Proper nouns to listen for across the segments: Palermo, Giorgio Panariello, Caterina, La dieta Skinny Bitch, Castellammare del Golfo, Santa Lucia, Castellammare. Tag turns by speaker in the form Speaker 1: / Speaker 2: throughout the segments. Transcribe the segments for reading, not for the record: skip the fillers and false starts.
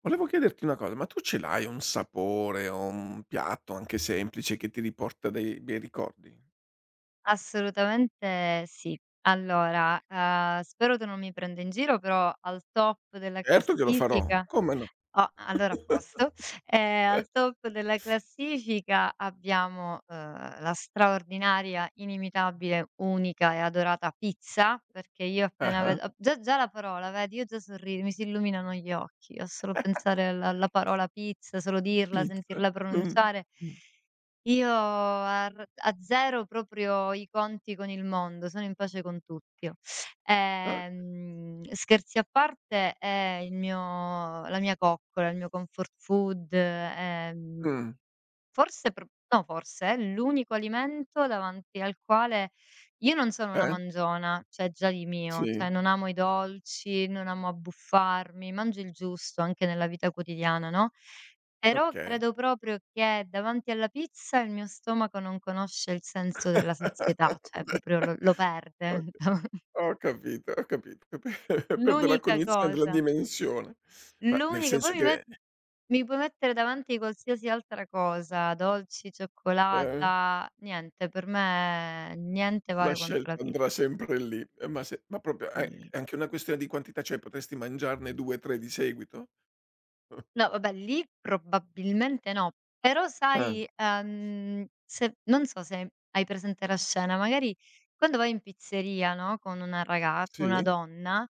Speaker 1: Volevo chiederti una cosa, ma tu ce l'hai un sapore o un piatto, anche semplice, che ti riporta dei bei ricordi?
Speaker 2: Assolutamente sì. Allora, spero tu non mi prenda in giro, però al top della
Speaker 1: Certo che lo farò,
Speaker 2: classifica.
Speaker 1: come no.
Speaker 2: Oh, allora, a posto. Al top della classifica abbiamo, la straordinaria, inimitabile, unica e adorata pizza, perché io appena
Speaker 1: Ah-ah,
Speaker 2: vedo già la parola vedi, io già sorrido, mi si illuminano gli occhi a solo pensare alla parola pizza, solo dirla,
Speaker 1: pizza.
Speaker 2: sentirla
Speaker 1: Mh.
Speaker 2: pronunciare.
Speaker 1: Mh.
Speaker 2: Io a r azzero proprio i conti con il mondo, sono in pace con tutti io.
Speaker 1: Ah,
Speaker 2: Scherzi a parte, è il mio la mia coccola, il mio comfort food
Speaker 1: mh.
Speaker 2: Forse pro no, forse, è l'unico alimento davanti al quale io non sono una
Speaker 1: Eh?
Speaker 2: mangiona, cioè già di mio,
Speaker 1: Sì,
Speaker 2: cioè non amo i dolci, non amo abbuffarmi, mangio il giusto anche nella vita quotidiana, no, però
Speaker 1: okay.
Speaker 2: credo proprio che davanti alla pizza il mio stomaco non conosce il senso della sazietà, cioè proprio lo
Speaker 1: Beh,
Speaker 2: perde.
Speaker 1: ho capito, ho capito. Perdo la
Speaker 2: L'unica
Speaker 1: cognizione della
Speaker 2: cosa.
Speaker 1: dimensione, ma nel
Speaker 2: L'unica
Speaker 1: senso
Speaker 2: poi mi met
Speaker 1: che,
Speaker 2: Mi puoi mettere davanti qualsiasi altra cosa, dolci,
Speaker 1: ehm,
Speaker 2: cioccolata, niente, per me niente
Speaker 1: la
Speaker 2: vale quanto la
Speaker 1: scelta
Speaker 2: pizza.
Speaker 1: andrà sempre lì. Ma se ma proprio è
Speaker 2: Di
Speaker 1: è anche una questione di quantità, cioè potresti mangiarne 2, 3 di seguito?
Speaker 2: No, vabbè, lì probabilmente no, però
Speaker 1: Ah.
Speaker 2: sai, se non so se hai presente la scena, magari quando vai in pizzeria, no, con una
Speaker 1: Sì?
Speaker 2: donna.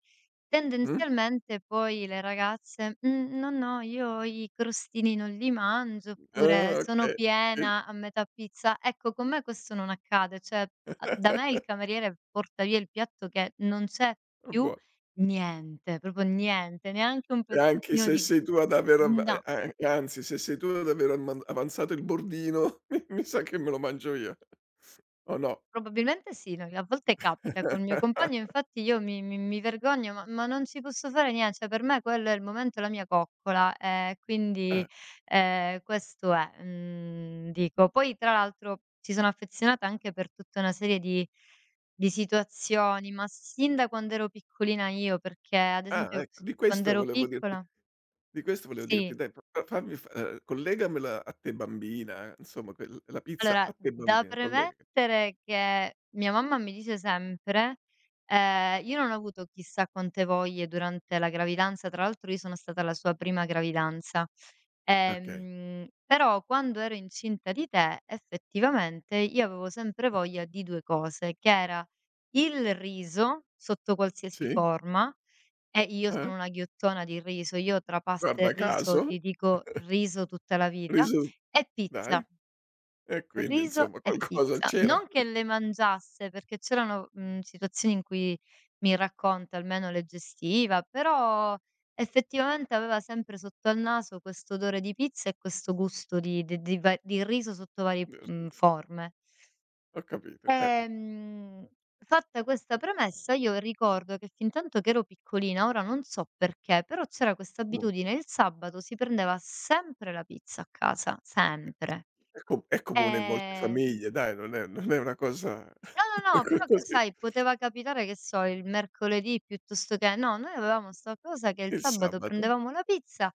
Speaker 1: Mh?
Speaker 2: Tendenzialmente poi le ragazze: "Mhmm, no, no, io i crostini non li mangio", oppure:
Speaker 1: Ah,
Speaker 2: "Sono
Speaker 1: okay, sì.
Speaker 2: piena a metà pizza". Ecco, con me questo non accade, cioè a da me il cameriere porta via il piatto che non c'è più
Speaker 1: Buo
Speaker 2: niente, proprio niente, neanche un
Speaker 1: E anche
Speaker 2: pezzettino
Speaker 1: se
Speaker 2: di
Speaker 1: sei tu ad aver av e
Speaker 2: No.
Speaker 1: a e anzi, se sei tu ad aver amman avanzato il bordino, mi sa che me lo mangio io, o no?
Speaker 2: Probabilmente sì. No, a volte capita col mio compagno, infatti io mi vergogno, ma non ci posso fare nie cioè per me quello è il momento, la mia coccola, quindi,
Speaker 1: Ah,
Speaker 2: questo è. Mhmm, Dico, poi tra l'altro ci sono affezionata anche per tutta una serie di situazioni, ma sin da quando ero piccolina io, perché ad
Speaker 1: ah,
Speaker 2: esempio
Speaker 1: ecco,
Speaker 2: s
Speaker 1: di
Speaker 2: quando
Speaker 1: questo
Speaker 2: ero
Speaker 1: volevo dirti
Speaker 2: piccola.
Speaker 1: di questo volevo dirti,
Speaker 2: Sì.
Speaker 1: dai, fa fa fammi f collegamela a te bambina, insomma, quel la pizza a
Speaker 2: Allora,
Speaker 1: te
Speaker 2: da
Speaker 1: bambina, collega
Speaker 2: premettere che mia mamma mi dice sempre, io non ho avuto chissà quante voglie durante la gravidanza, tra l'altro io sono stata alla sua prima gravidanza,
Speaker 1: okay,
Speaker 2: però quando ero incinta di te, effettivamente io avevo sempre voglia di 2 cose, che era il riso sotto qualsiasi
Speaker 1: sì,
Speaker 2: forma, e io
Speaker 1: eh,
Speaker 2: sono una ghiottona di riso, io tra pasta e
Speaker 1: guarda
Speaker 2: riso
Speaker 1: caso,
Speaker 2: ti dico riso tutta la vita,
Speaker 1: risul
Speaker 2: e
Speaker 1: dai,
Speaker 2: pizza.
Speaker 1: e quindi,
Speaker 2: Riso
Speaker 1: insomma,
Speaker 2: e
Speaker 1: qualcosa
Speaker 2: pizza.
Speaker 1: c'era
Speaker 2: Non che le mangiasse, perché c'erano, situazioni in cui mi racconta, almeno le gestiva, però effettivamente aveva sempre sotto al naso questo odore di pizza e questo gusto di riso sotto vari,
Speaker 1: del
Speaker 2: mhmm,
Speaker 1: riso,
Speaker 2: forme.
Speaker 1: ho capito, eh.
Speaker 2: Ehm, Fatta questa premessa, io ricordo che fintanto che ero piccolina, ora non so perché, però c'era questa
Speaker 1: Mh.
Speaker 2: abitudine: il sabato si prendeva sempre la pizza a casa, sempre.
Speaker 1: È comune in molte
Speaker 2: Ehm
Speaker 1: famiglie dai, non è una cosa.
Speaker 2: No, no, no,
Speaker 1: co
Speaker 2: però c
Speaker 1: Così.
Speaker 2: sai, poteva capitare, che so, il mercoledì, piuttosto che no. Noi avevamo 'sta cosa che il
Speaker 1: Il
Speaker 2: sabato
Speaker 1: sabato.
Speaker 2: prendevamo la pizza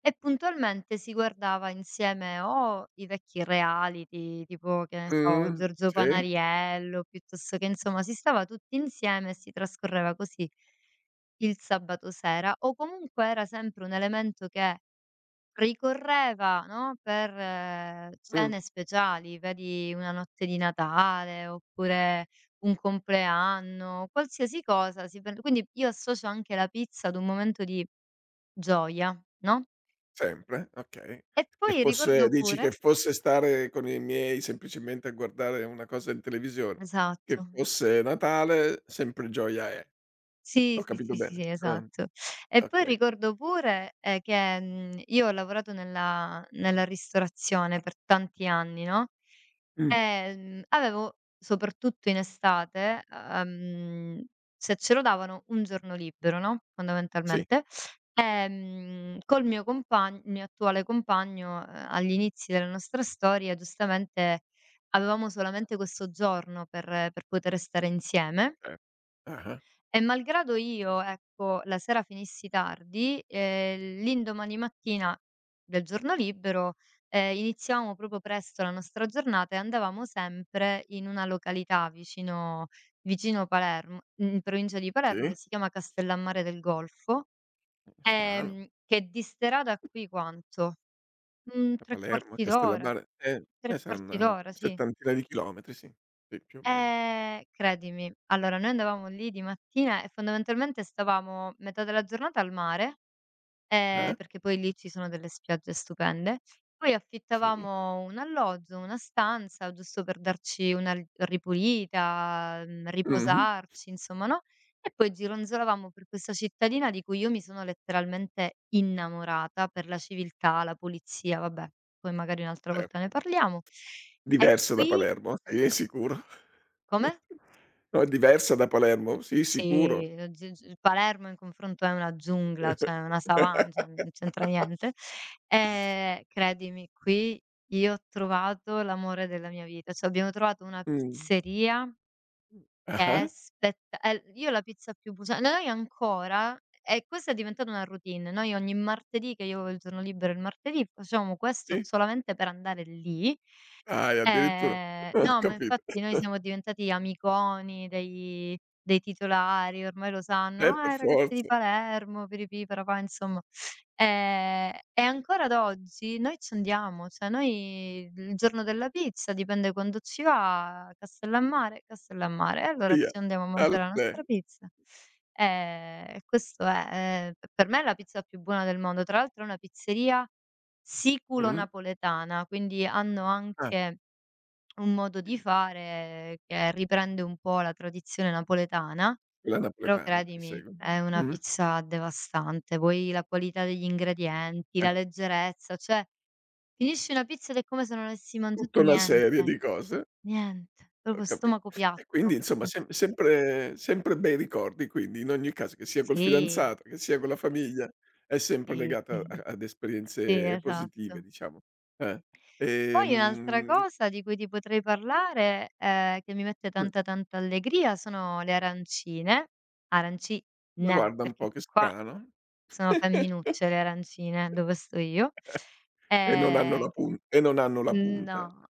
Speaker 2: e puntualmente si guardava insieme o i vecchi reality, tipo, che ne so, Giorgio
Speaker 1: Sì,
Speaker 2: Panariello, piuttosto che, insomma, si stava tutti insieme e si trascorreva così il sabato sera, o comunque era sempre un elemento che ricorreva, no, per
Speaker 1: mh,
Speaker 2: cene speciali, vedi una notte di Natale, oppure un compleanno. Qualsiasi cosa si prende, quindi io associo anche la pizza ad un momento di gioia, no.
Speaker 1: sempre? Okay.
Speaker 2: E
Speaker 1: Che
Speaker 2: poi
Speaker 1: fosse
Speaker 2: ricordo
Speaker 1: Dici
Speaker 2: pure.
Speaker 1: che fosse stare con i miei semplicemente a guardare una cosa in televisione, che
Speaker 2: Esatto.
Speaker 1: fosse Natale sempre gioia è.
Speaker 2: Sì,
Speaker 1: Ho
Speaker 2: sì,
Speaker 1: capito
Speaker 2: sì, sì,
Speaker 1: bene?
Speaker 2: sì,
Speaker 1: Ah,
Speaker 2: esatto. E poi
Speaker 1: okay.
Speaker 2: ricordo pure, che, io ho lavorato nella ristorazione per tanti anni, no?
Speaker 1: Mh,
Speaker 2: Avevo, soprattutto in estate, se ce lo davano, un giorno libero, no,
Speaker 1: sì,
Speaker 2: fondamentalmente, col mio compagn il mio attuale compagno, agli inizi della nostra storia, giustamente avevamo solamente questo giorno per poter stare insieme
Speaker 1: cer ah-ah,
Speaker 2: e, malgrado io, ecco, la sera finissi tardi, l'indomani mattina del giorno libero, iniziavamo proprio presto la nostra giornata e andavamo sempre in una località vicino Palermo, in provincia di Palermo,
Speaker 1: sì,
Speaker 2: che si chiama Castellammare del Golfo,
Speaker 1: strano.
Speaker 2: che di strada qui quanto?
Speaker 1: Da
Speaker 2: 3
Speaker 1: Palermo a
Speaker 2: quarti d'ora.
Speaker 1: Castellammare,
Speaker 2: 3 quarti
Speaker 1: saranno
Speaker 2: d'ora, sì.
Speaker 1: settantina di chilometri, sì, sì, più o meno.
Speaker 2: Credimi, allora noi andavamo lì di mattina e fondamentalmente stavamo metà della giornata al mare,
Speaker 1: Eh?
Speaker 2: perché poi lì ci sono delle spiagge stupende, poi
Speaker 1: Sì.
Speaker 2: affittavamo un alloggio, una stanza, giusto per darci una r ripulita,
Speaker 1: Mh-mh.
Speaker 2: riposarci, insomma, no, e poi gironzolavamo per questa cittadina di cui io mi sono letteralmente innamorata per la civiltà, la pulizia. Vabbè, poi magari un'altra
Speaker 1: Eh,
Speaker 2: volta ne parliamo. E
Speaker 1: diversa da
Speaker 2: qui
Speaker 1: Palermo, sì, sicuro.
Speaker 2: come?
Speaker 1: No, è diversa da Palermo, sì, sicuro.
Speaker 2: Sì, lo z z Palermo in confronto è una giungla, cioè una savana, cioè non c'entra niente. Credimi, qui io ho trovato l'amore della mia vita, cioè abbiamo trovato una
Speaker 1: Mh.
Speaker 2: pizzeria che
Speaker 1: Ah-ah,
Speaker 2: è spetta è l io la pizza più busa noi ancora. E questa è diventata una routine: noi ogni martedì, che io avevo il giorno libero il martedì, facevamo questo
Speaker 1: sì.
Speaker 2: solamente per andare lì.
Speaker 1: Dai, addirittura.
Speaker 2: Eh,
Speaker 1: Ho
Speaker 2: no, ma
Speaker 1: capito.
Speaker 2: infatti noi siamo diventati amiconi dei titolari, ormai lo sanno:
Speaker 1: Per
Speaker 2: "Ah, i ragazzi di
Speaker 1: forza,
Speaker 2: Palermo, piripì, parapà", insomma. E ancora ad oggi noi ci andiamo, cioè noi il giorno della pizza, dipende quando ci va, Castellammare, Castellammare, e allora
Speaker 1: via.
Speaker 2: ci andiamo a mangiare la
Speaker 1: Allè.
Speaker 2: nostra pizza. E questo è. P Per me è la pizza più buona del mondo. Tra l'altro è una pizzeria
Speaker 1: Mh.
Speaker 2: siculo-napoletana, quindi hanno
Speaker 1: Ah,
Speaker 2: anche un modo di fare che riprende un po' la tradizione napoletana,
Speaker 1: quella
Speaker 2: però
Speaker 1: napoletana, ti
Speaker 2: credimi
Speaker 1: seguo.
Speaker 2: è una
Speaker 1: Mh.
Speaker 2: pizza devastante. Poi la qualità degli ingredienti,
Speaker 1: Eh,
Speaker 2: la leggerezza, cioè finisci una pizza ed è come se non avessi
Speaker 1: tutta
Speaker 2: mangiato
Speaker 1: una serie
Speaker 2: niente,
Speaker 1: di cose.
Speaker 2: niente,
Speaker 1: Ho
Speaker 2: proprio a
Speaker 1: capi
Speaker 2: stomaco
Speaker 1: E quindi
Speaker 2: piatto.
Speaker 1: insomma sempre sempre bei ricordi, quindi in ogni caso, che sia col
Speaker 2: Sì,
Speaker 1: fidanzato, che sia con la famiglia, è sempre
Speaker 2: sì,
Speaker 1: legata a
Speaker 2: sì,
Speaker 1: ad
Speaker 2: sì,
Speaker 1: esperienze positive
Speaker 2: esatto.
Speaker 1: diciamo. Eh.
Speaker 2: Poi un'altra
Speaker 1: Ehm,
Speaker 2: cosa di cui ti potrei parlare, che mi mette
Speaker 1: mh,
Speaker 2: tanta, tanta allegria, sono le arancine. Arancine,
Speaker 1: ma guarda un
Speaker 2: perché
Speaker 1: po' che
Speaker 2: qua.
Speaker 1: strano.
Speaker 2: Sono femminucce le arancine dove sto io.
Speaker 1: E non hanno
Speaker 2: Ehm,
Speaker 1: la pun e non hanno la punta,
Speaker 2: no,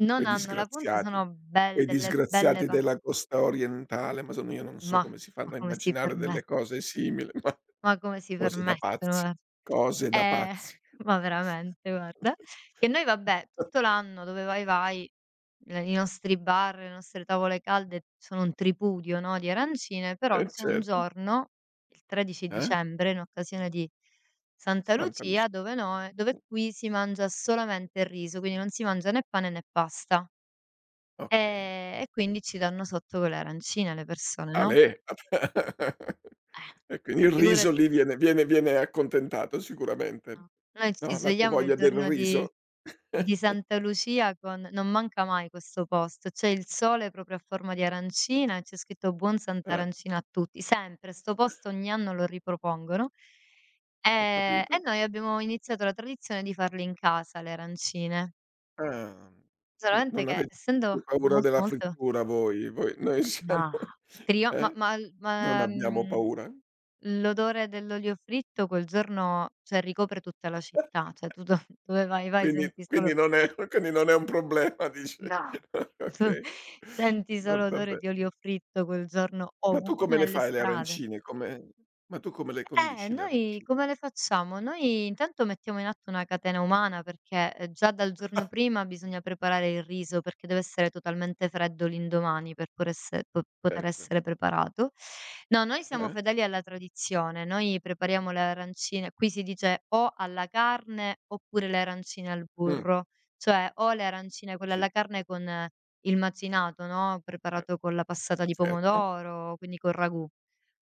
Speaker 2: non
Speaker 1: quei
Speaker 2: hanno la punta,
Speaker 1: disgraziati.
Speaker 2: sono bel
Speaker 1: Quei
Speaker 2: delle belle
Speaker 1: disgraziati
Speaker 2: pa
Speaker 1: della costa orientale, ma sono io non so
Speaker 2: mah,
Speaker 1: come si
Speaker 2: ma
Speaker 1: fanno a
Speaker 2: come si
Speaker 1: immaginare
Speaker 2: permet
Speaker 1: delle cose simili. Ma
Speaker 2: ma come si
Speaker 1: cose da
Speaker 2: permettono,
Speaker 1: pazzi,
Speaker 2: guarda.
Speaker 1: cose da
Speaker 2: Eh,
Speaker 1: pazzi.
Speaker 2: ma veramente, guarda. Che noi, vabbè, tutto l'anno dove vai vai. Le i nostri bar, le nostre tavole calde, sono un tripudio, no, di arancine, però
Speaker 1: Eh,
Speaker 2: c'è un
Speaker 1: certo.
Speaker 2: giorno, il 13
Speaker 1: Eh?
Speaker 2: dicembre, in occasione di Santa
Speaker 1: Santa
Speaker 2: Lucia,
Speaker 1: Lucia,
Speaker 2: dove no dove qui si mangia solamente il riso, quindi non si mangia né pane né pasta.
Speaker 1: okay.
Speaker 2: E quindi ci danno sotto con le arancine alle persone, no,
Speaker 1: Ale!
Speaker 2: eh,
Speaker 1: E quindi
Speaker 2: cioè
Speaker 1: il riso
Speaker 2: figurati,
Speaker 1: lì viene accontentato sicuramente,
Speaker 2: no, noi ci
Speaker 1: no, la tua
Speaker 2: svegliamo il
Speaker 1: voglia del
Speaker 2: giorno di
Speaker 1: riso.
Speaker 2: Di Santa Lucia. Con, non manca mai questo posto, c'è il sole proprio a forma di arancina e c'è scritto: "Buon
Speaker 1: Eh,
Speaker 2: Sant'arancina a tutti". Sempre, 'sto posto ogni anno lo ripropongono,
Speaker 1: ho capito.
Speaker 2: e noi abbiamo iniziato la tradizione di farle in casa, le arancine.
Speaker 1: Ah, no,
Speaker 2: Solamente
Speaker 1: non
Speaker 2: che,
Speaker 1: avete
Speaker 2: essendo
Speaker 1: paura
Speaker 2: molto,
Speaker 1: della
Speaker 2: molto,
Speaker 1: frittura voi, noi siamo
Speaker 2: no, trio
Speaker 1: eh?
Speaker 2: ma l
Speaker 1: Non
Speaker 2: ma,
Speaker 1: abbiamo
Speaker 2: mhmm,
Speaker 1: paura?
Speaker 2: l'odore dell'olio fritto quel giorno, cioè, ricopre tutta la città, cioè tu do dove vai, vai,
Speaker 1: Quindi
Speaker 2: senti solo.
Speaker 1: quindi non è. Quindi non è un problema, dici.
Speaker 2: No, tu
Speaker 1: Okay,
Speaker 2: senti
Speaker 1: va
Speaker 2: solo odore
Speaker 1: vabbè.
Speaker 2: di olio fritto quel giorno
Speaker 1: Ma
Speaker 2: ovu
Speaker 1: tu come
Speaker 2: proprio
Speaker 1: le
Speaker 2: nelle
Speaker 1: fai le
Speaker 2: strade.
Speaker 1: arancine? Come Ma tu come le condisci le
Speaker 2: Noi
Speaker 1: arancine?
Speaker 2: come le facciamo? Noi intanto mettiamo in atto una catena umana, perché, già dal giorno
Speaker 1: Ah,
Speaker 2: prima bisogna preparare il riso, perché deve essere totalmente freddo l'indomani per por esse po poter
Speaker 1: certo.
Speaker 2: essere preparato. No, noi siamo
Speaker 1: Eh?
Speaker 2: fedeli alla tradizione, noi prepariamo le arancine, qui si dice, o alla carne oppure le arancine al
Speaker 1: Mh,
Speaker 2: burro, cioè o le arancine quelle
Speaker 1: sì,
Speaker 2: alla carne con il macinato, no,
Speaker 1: eh,
Speaker 2: preparato con la passata di
Speaker 1: certo.
Speaker 2: pomodoro, quindi col ragù.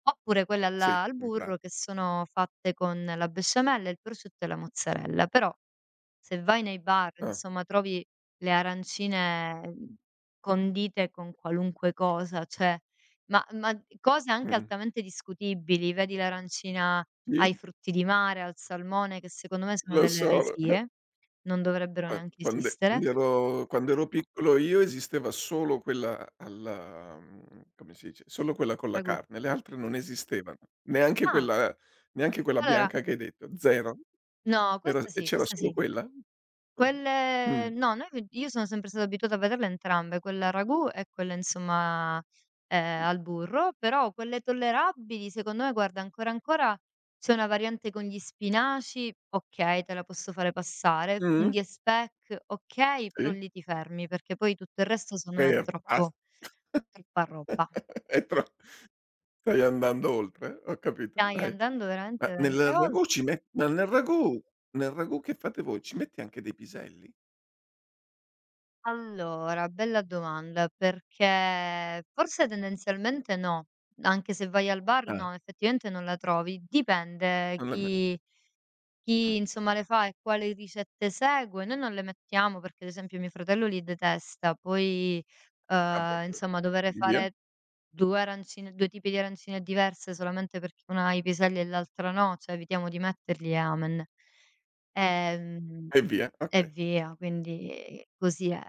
Speaker 2: Oppure quelle
Speaker 1: Sì,
Speaker 2: alla al
Speaker 1: in pra
Speaker 2: burro, che sono fatte con la besciamella, il prosciutto e la mozzarella. Però se vai nei bar,
Speaker 1: ah,
Speaker 2: insomma, trovi le arancine condite con qualunque cosa, cioè, ma cose anche
Speaker 1: mh,
Speaker 2: altamente discutibili, vedi l'arancina ai
Speaker 1: sì,
Speaker 2: frutti di mare, al salmone, che secondo me sono
Speaker 1: lo
Speaker 2: delle
Speaker 1: so.
Speaker 2: eresie, non dovrebbero
Speaker 1: Qua,
Speaker 2: neanche esistere.
Speaker 1: quand'ero
Speaker 2: No,
Speaker 1: piccolo io esisteva solo quella alla, come si dice, solo quella con la
Speaker 2: ragù.
Speaker 1: carne, le altre non esistevano. Neanche
Speaker 2: Ah,
Speaker 1: quella Neanche quella
Speaker 2: allora,
Speaker 1: bianca che hai detto, 0.
Speaker 2: no,
Speaker 1: Era
Speaker 2: questa
Speaker 1: e
Speaker 2: sì,
Speaker 1: C'era
Speaker 2: questa
Speaker 1: solo
Speaker 2: sì.
Speaker 1: quella?
Speaker 2: Quelle
Speaker 1: Mh.
Speaker 2: no, noi v io sono sempre stata abituata a vederle entrambe, quella al ragù e quella, insomma, al burro, però quelle tollerabili secondo me, guarda, ancora, ancora c'è una variante con gli spinaci, okay, te la posso fare passare,
Speaker 1: Mh,
Speaker 2: funghi e speck, okay, però
Speaker 1: sì,
Speaker 2: lì ti fermi, perché poi tutto il resto secondo me è
Speaker 1: ferm bas
Speaker 2: troppo, troppa roba.
Speaker 1: È tro stai andando oltre, eh? Ho capito,
Speaker 2: Stai
Speaker 1: dai.
Speaker 2: andando veramente
Speaker 1: Ma nel
Speaker 2: veramente ol
Speaker 1: ragù ci met ma nel ragù Nel ragù che fate voi ci metti anche dei piselli?
Speaker 2: allora, bella domanda, perché forse tendenzialmente no, anche se vai al bar,
Speaker 1: Ah,
Speaker 2: no, effettivamente non la trovi. Dipende
Speaker 1: non l'hai me
Speaker 2: chi
Speaker 1: mh,
Speaker 2: chi insomma, le fa e quali ricette segue. Noi non le mettiamo perché, ad esempio, mio fratello li detesta, poi,
Speaker 1: ah proprio
Speaker 2: insomma,
Speaker 1: e
Speaker 2: dover
Speaker 1: quindi via?
Speaker 2: fare 2 arancine, 2 tipi di arancine diverse solamente perché una ha i piselli e l'altra no, cioè evitiamo di metterli e amen. Ehm,
Speaker 1: E via,
Speaker 2: e
Speaker 1: okay.
Speaker 2: via, quindi così è.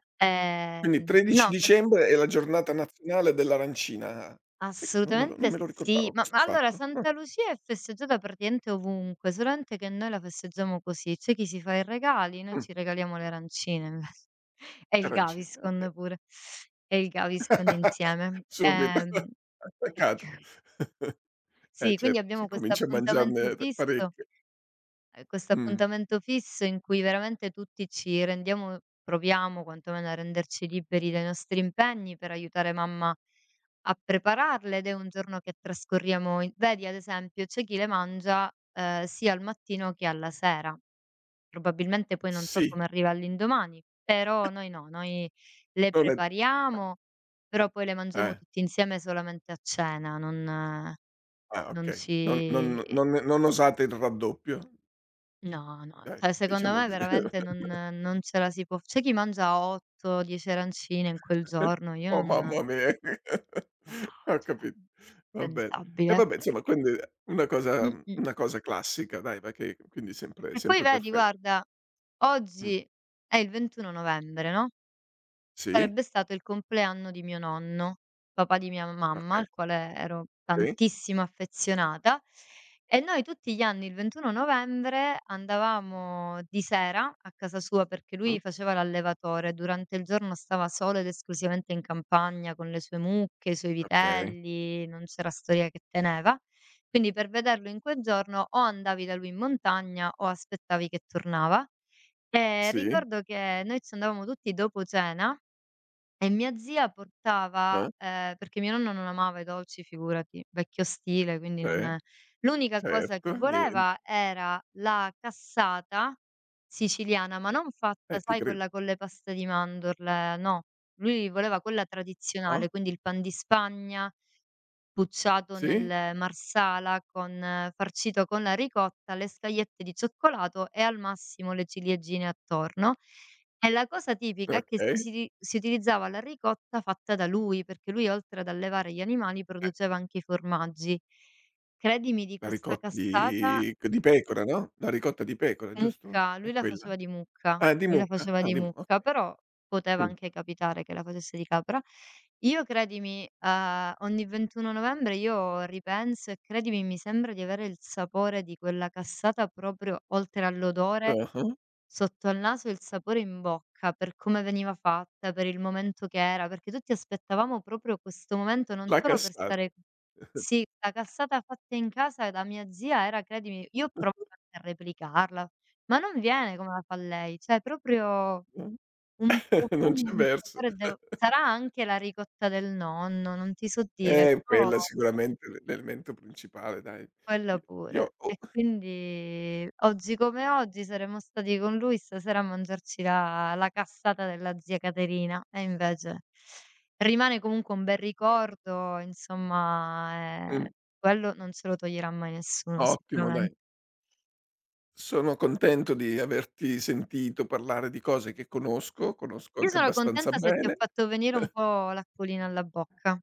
Speaker 1: Quindi 13
Speaker 2: No.
Speaker 1: dicembre è la giornata nazionale dell'arancina. Sai che non
Speaker 2: Assolutamente
Speaker 1: me lo
Speaker 2: sì,
Speaker 1: ricordavo
Speaker 2: ma
Speaker 1: questo
Speaker 2: ma allora,
Speaker 1: fatto. Okay,
Speaker 2: Santa Lucia è festeggiata praticamente ovunque, solamente che noi la festeggiamo così: c'è chi si fa i regali, noi
Speaker 1: mh,
Speaker 2: ci regaliamo le arancine invece. E il
Speaker 1: arancine, okay.
Speaker 2: Gaviscon pure, e il Gaviscon insieme.
Speaker 1: Subito, attaccata. Eh,
Speaker 2: Sì, quindi
Speaker 1: certo, se
Speaker 2: abbiamo questo
Speaker 1: cominci a
Speaker 2: appuntamento
Speaker 1: mangiarne t
Speaker 2: fisso.
Speaker 1: parecchie.
Speaker 2: Questo
Speaker 1: Mh.
Speaker 2: appuntamento fisso in cui veramente tutti ci rendiamo, proviamo quantomeno a renderci liberi dai nostri impegni per aiutare mamma a prepararle, ed è un giorno che trascorriamo in vedi, ad esempio, c'è chi le mangia, sia al mattino che alla sera. Probabilmente poi non so
Speaker 1: Sì,
Speaker 2: come arriva all'indomani, però noi no, noi le
Speaker 1: non è,
Speaker 2: prepariamo, però poi le mangiamo
Speaker 1: eh,
Speaker 2: tutti insieme solamente a cena, non
Speaker 1: ah,
Speaker 2: non
Speaker 1: okay. Non non
Speaker 2: ci.
Speaker 1: non non osate il raddoppio,
Speaker 2: No, no,
Speaker 1: dai,
Speaker 2: cioè secondo
Speaker 1: diciamo
Speaker 2: me
Speaker 1: così.
Speaker 2: veramente non ce la si può. C'è chi mangia 8, 10 arancine in quel giorno, io
Speaker 1: Oh
Speaker 2: non, no,
Speaker 1: mamma mia. Ho
Speaker 2: cioè,
Speaker 1: capito, va bene. E
Speaker 2: impensabile.
Speaker 1: vabbè insomma quindi una cosa
Speaker 2: Mh-mh.
Speaker 1: una cosa classica dai, ma che quindi sempre
Speaker 2: E poi
Speaker 1: sempre
Speaker 2: vedi,
Speaker 1: perfetta.
Speaker 2: guarda,
Speaker 1: Mh.
Speaker 2: oggi è il 21 novembre, no?
Speaker 1: Sì,
Speaker 2: Sarebbe stato il compleanno di mio nonno, papà di mia mamma,
Speaker 1: okay,
Speaker 2: al quale ero
Speaker 1: sì,
Speaker 2: tantissimo affezionata, e noi tutti gli anni il 21 novembre andavamo di sera a casa sua, perché
Speaker 1: mh,
Speaker 2: lui faceva l'allevatore, durante il giorno stava solo ed esclusivamente in campagna con le sue mucche, i suoi
Speaker 1: okay,
Speaker 2: vitelli, non c'era storia che teneva. Quindi per vederlo in quel giorno o andavi da lui in montagna o aspettavi che tornava. E
Speaker 1: sì,
Speaker 2: ricordo che noi ci andavamo tutti dopo cena, e mia zia portava
Speaker 1: eh,
Speaker 2: perché mio nonno non amava i dolci, figurati, vecchio stile, quindi
Speaker 1: ce
Speaker 2: non, l'unica cosa
Speaker 1: certo,
Speaker 2: che
Speaker 1: nie
Speaker 2: voleva era la cassata siciliana, ma non
Speaker 1: eh,
Speaker 2: fatta,
Speaker 1: ti
Speaker 2: sai,
Speaker 1: credo.
Speaker 2: quella con le paste di mandorle, no, lui voleva quella
Speaker 1: Ah?
Speaker 2: tradizionale, quindi il pan di Spagna, bucciato
Speaker 1: Sì?
Speaker 2: nel marsala con farcito con la ricotta, le scagliette di cioccolato e al massimo le ciliegine attorno. E la cosa tipica è che
Speaker 1: Okay.
Speaker 2: si uti si utilizzava la ricotta fatta da lui, perché lui, oltre ad allevare gli animali,
Speaker 1: Eh,
Speaker 2: produceva anche i formaggi. Credimi, di
Speaker 1: la
Speaker 2: questa
Speaker 1: ricotta
Speaker 2: cassata.
Speaker 1: di pecora, no, la ricotta di pecora, giusto?
Speaker 2: Mucca, lui
Speaker 1: È
Speaker 2: la
Speaker 1: quella?
Speaker 2: faceva di mucca,
Speaker 1: Ah, di
Speaker 2: lui la
Speaker 1: mucca?
Speaker 2: faceva
Speaker 1: Ah,
Speaker 2: di
Speaker 1: di mu
Speaker 2: mucca,
Speaker 1: okay.
Speaker 2: però poteva
Speaker 1: Mh.
Speaker 2: anche capitare che la facesse di capra. Io credimi, ogni 21 novembre io ripenso, e credimi, mi sembra di avere il sapore di quella cassata proprio, oltre all'odore
Speaker 1: Ah-ah.
Speaker 2: sotto al naso e il sapore in bocca, per come veniva fatta, per il momento che era, perché tutti aspettavamo proprio questo momento, non
Speaker 1: La
Speaker 2: solo per
Speaker 1: cassata,
Speaker 2: stare. Sì, la cassata fatta in casa da mia zia era, credimi, io ho provato anche a replicarla, ma non viene come la fa lei, cioè proprio
Speaker 1: no,
Speaker 2: un
Speaker 1: non
Speaker 2: profumo,
Speaker 1: c'è
Speaker 2: un
Speaker 1: verso.
Speaker 2: sapore, devo sarà anche la ricotta del nonno, non ti so dire, però
Speaker 1: Quella sicuramente l'elemento principale, dai.
Speaker 2: quella
Speaker 1: I
Speaker 2: pure.
Speaker 1: io o
Speaker 2: E quindi oggi come oggi saremmo stati con lui stasera a mangiarci la cassata della zia Caterina, e invece rimane comunque un bel ricordo, insomma,
Speaker 1: mh,
Speaker 2: quello non ce lo toglierà mai nessuno
Speaker 1: Ottimo
Speaker 2: sicuramen.
Speaker 1: dai. Sono contento di averti sentito parlare di cose che conosco, conosco
Speaker 2: Io
Speaker 1: anche
Speaker 2: sono
Speaker 1: abbastanza
Speaker 2: contenta se ti ho
Speaker 1: bene.
Speaker 2: fatto venire un po' l'acquolina alla bocca.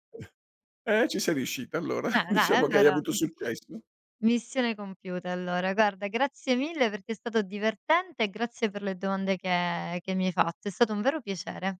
Speaker 1: Ci sei riuscita allora.
Speaker 2: Dai,
Speaker 1: Diciamo che hai
Speaker 2: allora,
Speaker 1: avuto
Speaker 2: m
Speaker 1: successo.
Speaker 2: missione compiuta, allora. Guarda, grazie mille, perché è stato divertente, e grazie per le domande che mi hai fatto. È stato un vero piacere.